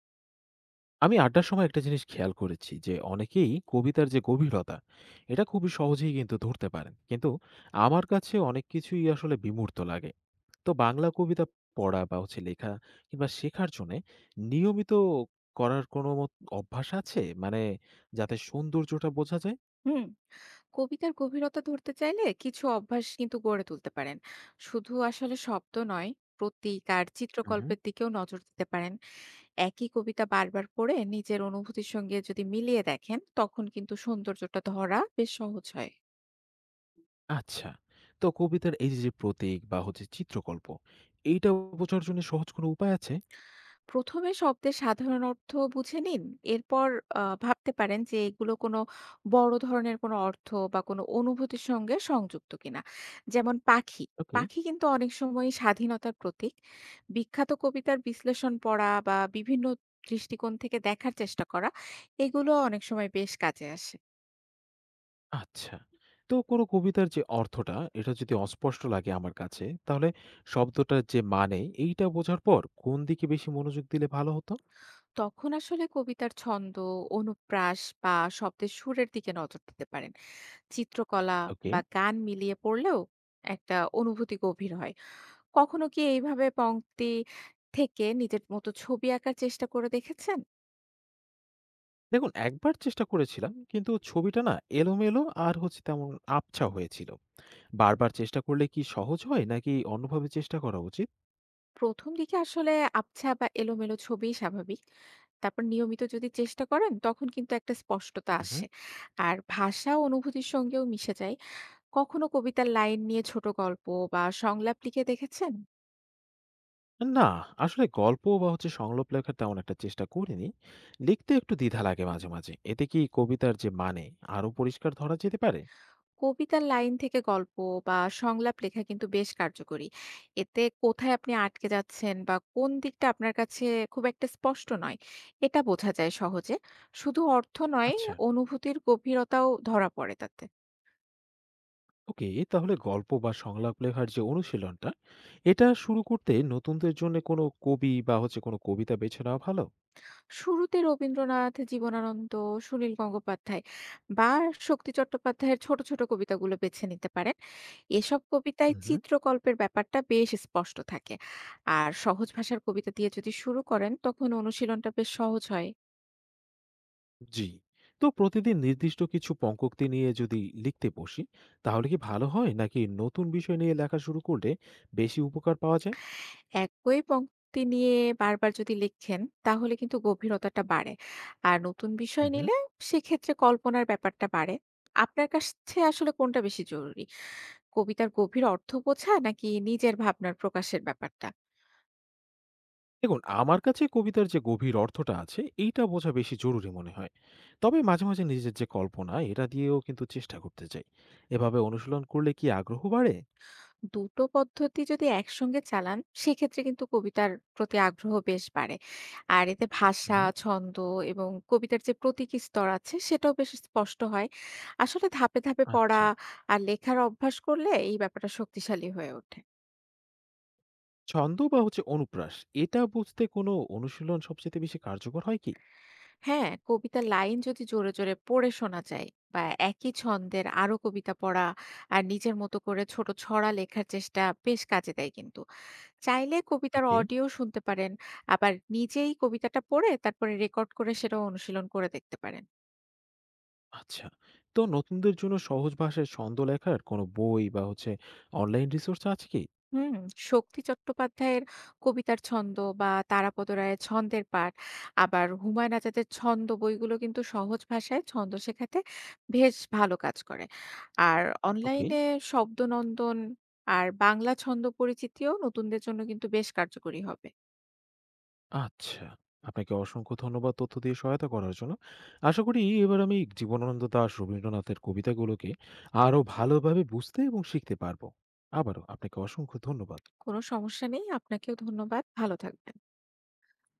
আমি আড্ডার সময় একটা জিনিস খেয়াল করেছি যে অনেকেই কবিতার যে গভীরতা এটা খুবই সহজেই কিন্তু ধরতে পারেন, কিন্তু আমার কাছে অনেক কিছুই আসলে বিমূর্ত লাগে। তো বাংলা কবিতা পড়া বা লেখা কিংবা শেখার জন্য নিয়মিত করার কোনো অভ্যাস আছে? মানে যাতে সৌন্দর্যটা বোঝা যায়। হুম। কবিতার গভীরতা ধরতে চাইলে কিছু অভ্যাস কিন্তু গড়ে তুলতে পারেন। শুধু আসলে শব্দ নয়, প্রতীক আর হুম। চিত্রকল্পের দিকেও নজর দিতে পারেন। একই কবিতা বারবার পড়ে নিজের অনুভূতির সঙ্গে যদি মিলিয়ে দেখেন, তখন কিন্তু সৌন্দর্যটা ধরা বেশ সহজ হয়। আচ্ছা, তো কবিতার এই যে যে প্রতীক বা চিত্রকল্প, এইটা বোঝার জন্য সহজ কোনো উপায় আছে? ১ম এ শব্দের সাধারণ অর্থ বুঝে নিন। এরপর ভাবতে পারেন যে এগুলো কোনো বড় ধরনের কোনো অর্থ বা কোনো অনুভূতির সঙ্গে সংযুক্ত কিনা। যেমন পাখি। ওকে। পাখি কিন্তু অনেক সময়ই স্বাধীনতার প্রতীক। বিখ্যাত কবিতার বিশ্লেষণ পড়া বা বিভিন্ন দৃষ্টিকোণ থেকে দেখার চেষ্টা করা, এগুলো অনেক সময় বেশ কাজে আসে। আচ্ছা। তো কোনো কবিতার যে অর্থটা, এটা যদি অস্পষ্ট লাগে আমার কাছে, তাহলে শব্দটার যে মানে, এইটা বোঝার পর কোন দিকে বেশি মনোযোগ দিলে ভালো হতো? তখন আসলে কবিতার ছন্দ, অনুপ্রাস বা শব্দের সুরের দিকে নজর দিতে পারেন। চিত্রকলা ওকে। বা গান মিলিয়ে পড়লেও একটা অনুভূতি গভীর হয়। কখনো কি এইভাবে পংক্তি থেকে নিজের মতো ছবি আঁকার চেষ্টা করে দেখেছেন? দেখুন, একবার চেষ্টা করেছিলাম। কিন্তু ছবিটা না এলোমেলো আর তেমন আবছা হয়েছিল। বারবার চেষ্টা করলে কি সহজ হয় নাকি অন্যভাবে চেষ্টা করা উচিত? ১ম দিকে আসলে আবছা বা এলোমেলো ছবিই স্বাভাবিক। তারপর নিয়মিত যদি চেষ্টা করেন, তখন কিন্তু একটা স্পষ্টতা উহু। আসে। আর ভাষা ও অনুভূতির সঙ্গেও মিশে যায়। কখনো কবিতার লাইন নিয়ে ছোট গল্প বা সংলাপ লিখে দেখেছেন? না, আসলে গল্প বা সংলাপ লেখার তেমন একটা চেষ্টা করিনি। লিখতে একটু দ্বিধা লাগে মাঝে, মাঝে। এতে কি কবিতার যে মানে আরো পরিষ্কার ধরা যেতে পারে? কবিতার লাইন থেকে গল্প বা সংলাপ লেখা কিন্তু বেশ কার্যকরী। এতে কোথায় আপনি আটকে যাচ্ছেন বা কোন দিকটা আপনার কাছে খুব একটা স্পষ্ট নয়, এটা বোঝা যায় সহজে। শুধু অর্থ নয়, আচ্ছা। অনুভূতির গভীরতাও ধরা পড়ে তাতে। ওকে, তাহলে গল্প বা সংলাপ লেখার যে অনুশীলনটা, এটা শুরু করতে নতুনদের জন্য কোনো কবি বা কোনো কবিতা বেছে নেওয়া ভালো? শুরুতে রবীন্দ্রনাথ, জীবনানন্দ, সুনীল গঙ্গোপাধ্যায় বা শক্তি চট্টোপাধ্যায়ের ছোট, ছোট কবিতাগুলো বেছে নিতে পারেন। এসব কবিতায় হুম। চিত্রকল্পের ব্যাপারটা বেশ স্পষ্ট থাকে। আর সহজ ভাষার কবিতা দিয়ে যদি শুরু করেন, তখন অনুশীলনটা বেশ সহজ হয়। জি, তো প্রতিদিন নির্দিষ্ট কিছু পঙ্কক্তি নিয়ে যদি লিখতে বসি, তাহলে কি ভালো হয় নাকি নতুন বিষয় নিয়ে লেখা শুরু করলে বেশি উপকার পাওয়া যায়? একই পংক্তি নিয়ে বারবার যদি লিখেন, তাহলে কিন্তু গভীরতাটা বাড়ে। আর নতুন বিষয় হুম। নিলে সেক্ষেত্রে কল্পনার ব্যাপারটা বাড়ে। আপনার কাছে আসলে কোনটা বেশি জরুরি? কবিতার গভীর অর্থ বোঝা নাকি নিজের ভাবনার প্রকাশের ব্যাপারটা? দেখুন, আমার কাছে কবিতার যে গভীর অর্থটা আছে এইটা বোঝা বেশি জরুরি মনে হয়। তবে মাঝে মাঝে নিজের যে কল্পনা এটা দিয়েও কিন্তু চেষ্টা করতে চাই। এভাবে অনুশীলন করলে কি আগ্রহ বাড়ে? দুটো পদ্ধতি যদি একসঙ্গে চালান, সেক্ষেত্রে কিন্তু কবিতার প্রতি আগ্রহ বেশ বাড়ে। আর এতে ভাষা, হুম। ছন্দ এবং কবিতার যে প্রতীকী স্তর আছে সেটাও বেশ স্পষ্ট হয়। আসলে ধাপে ধাপে পড়া আচ্ছা, আর লেখার অভ্যাস করলে এই ব্যাপারটা শক্তিশালী হয়ে ওঠে। ছন্দ বা অনুপ্রাস, এটা বুঝতে কোনো অনুশীলন সবচেয়ে বেশি কার্যকর হয় কি? হ্যাঁ, কবিতার লাইন যদি জোরে জোরে পড়ে শোনা যায়, বা একই ছন্দের আরো কবিতা পড়া আর নিজের মতো করে ছোট ছড়া লেখার চেষ্টা বেশ কাজে দেয়। কিন্তু চাইলে কবিতার ওকে। অডিও শুনতে পারেন। আবার নিজেই কবিতাটা পড়ে তারপরে রেকর্ড করে সেটাও অনুশীলন করে দেখতে পারেন। আচ্ছা, তো নতুনদের জন্য সহজ ভাষায় ছন্দ লেখার কোনো বই বা অনলাইন রিসোর্স আছে কি? হুম। শক্তি চট্টোপাধ্যায়ের কবিতার ছন্দ বা তারাপদ রায়ের ছন্দের পাঠ, আবার হুমায়ুন আজাদের ছন্দ বইগুলো কিন্তু সহজ ভাষায় ছন্দ শেখাতে বেশ ভালো কাজ করে। আর ওকে। অনলাইনে শব্দনন্দন আর বাংলা ছন্দ পরিচিতিও নতুনদের জন্য কিন্তু বেশ কার্যকরী হবে। আচ্ছা, আপনাকে অসংখ্য ধন্যবাদ তথ্য দিয়ে সহায়তা করার জন্য। আশা করি এবার আমি জীবনানন্দ দাশ, রবীন্দ্রনাথের কবিতাগুলোকে আরো ভালোভাবে বুঝতে এবং শিখতে পারবো। আবারও আপনাকে অসংখ্য ধন্যবাদ। কোনো সমস্যা নেই। আপনাকেও ধন্যবাদ। ভালো থাকবেন।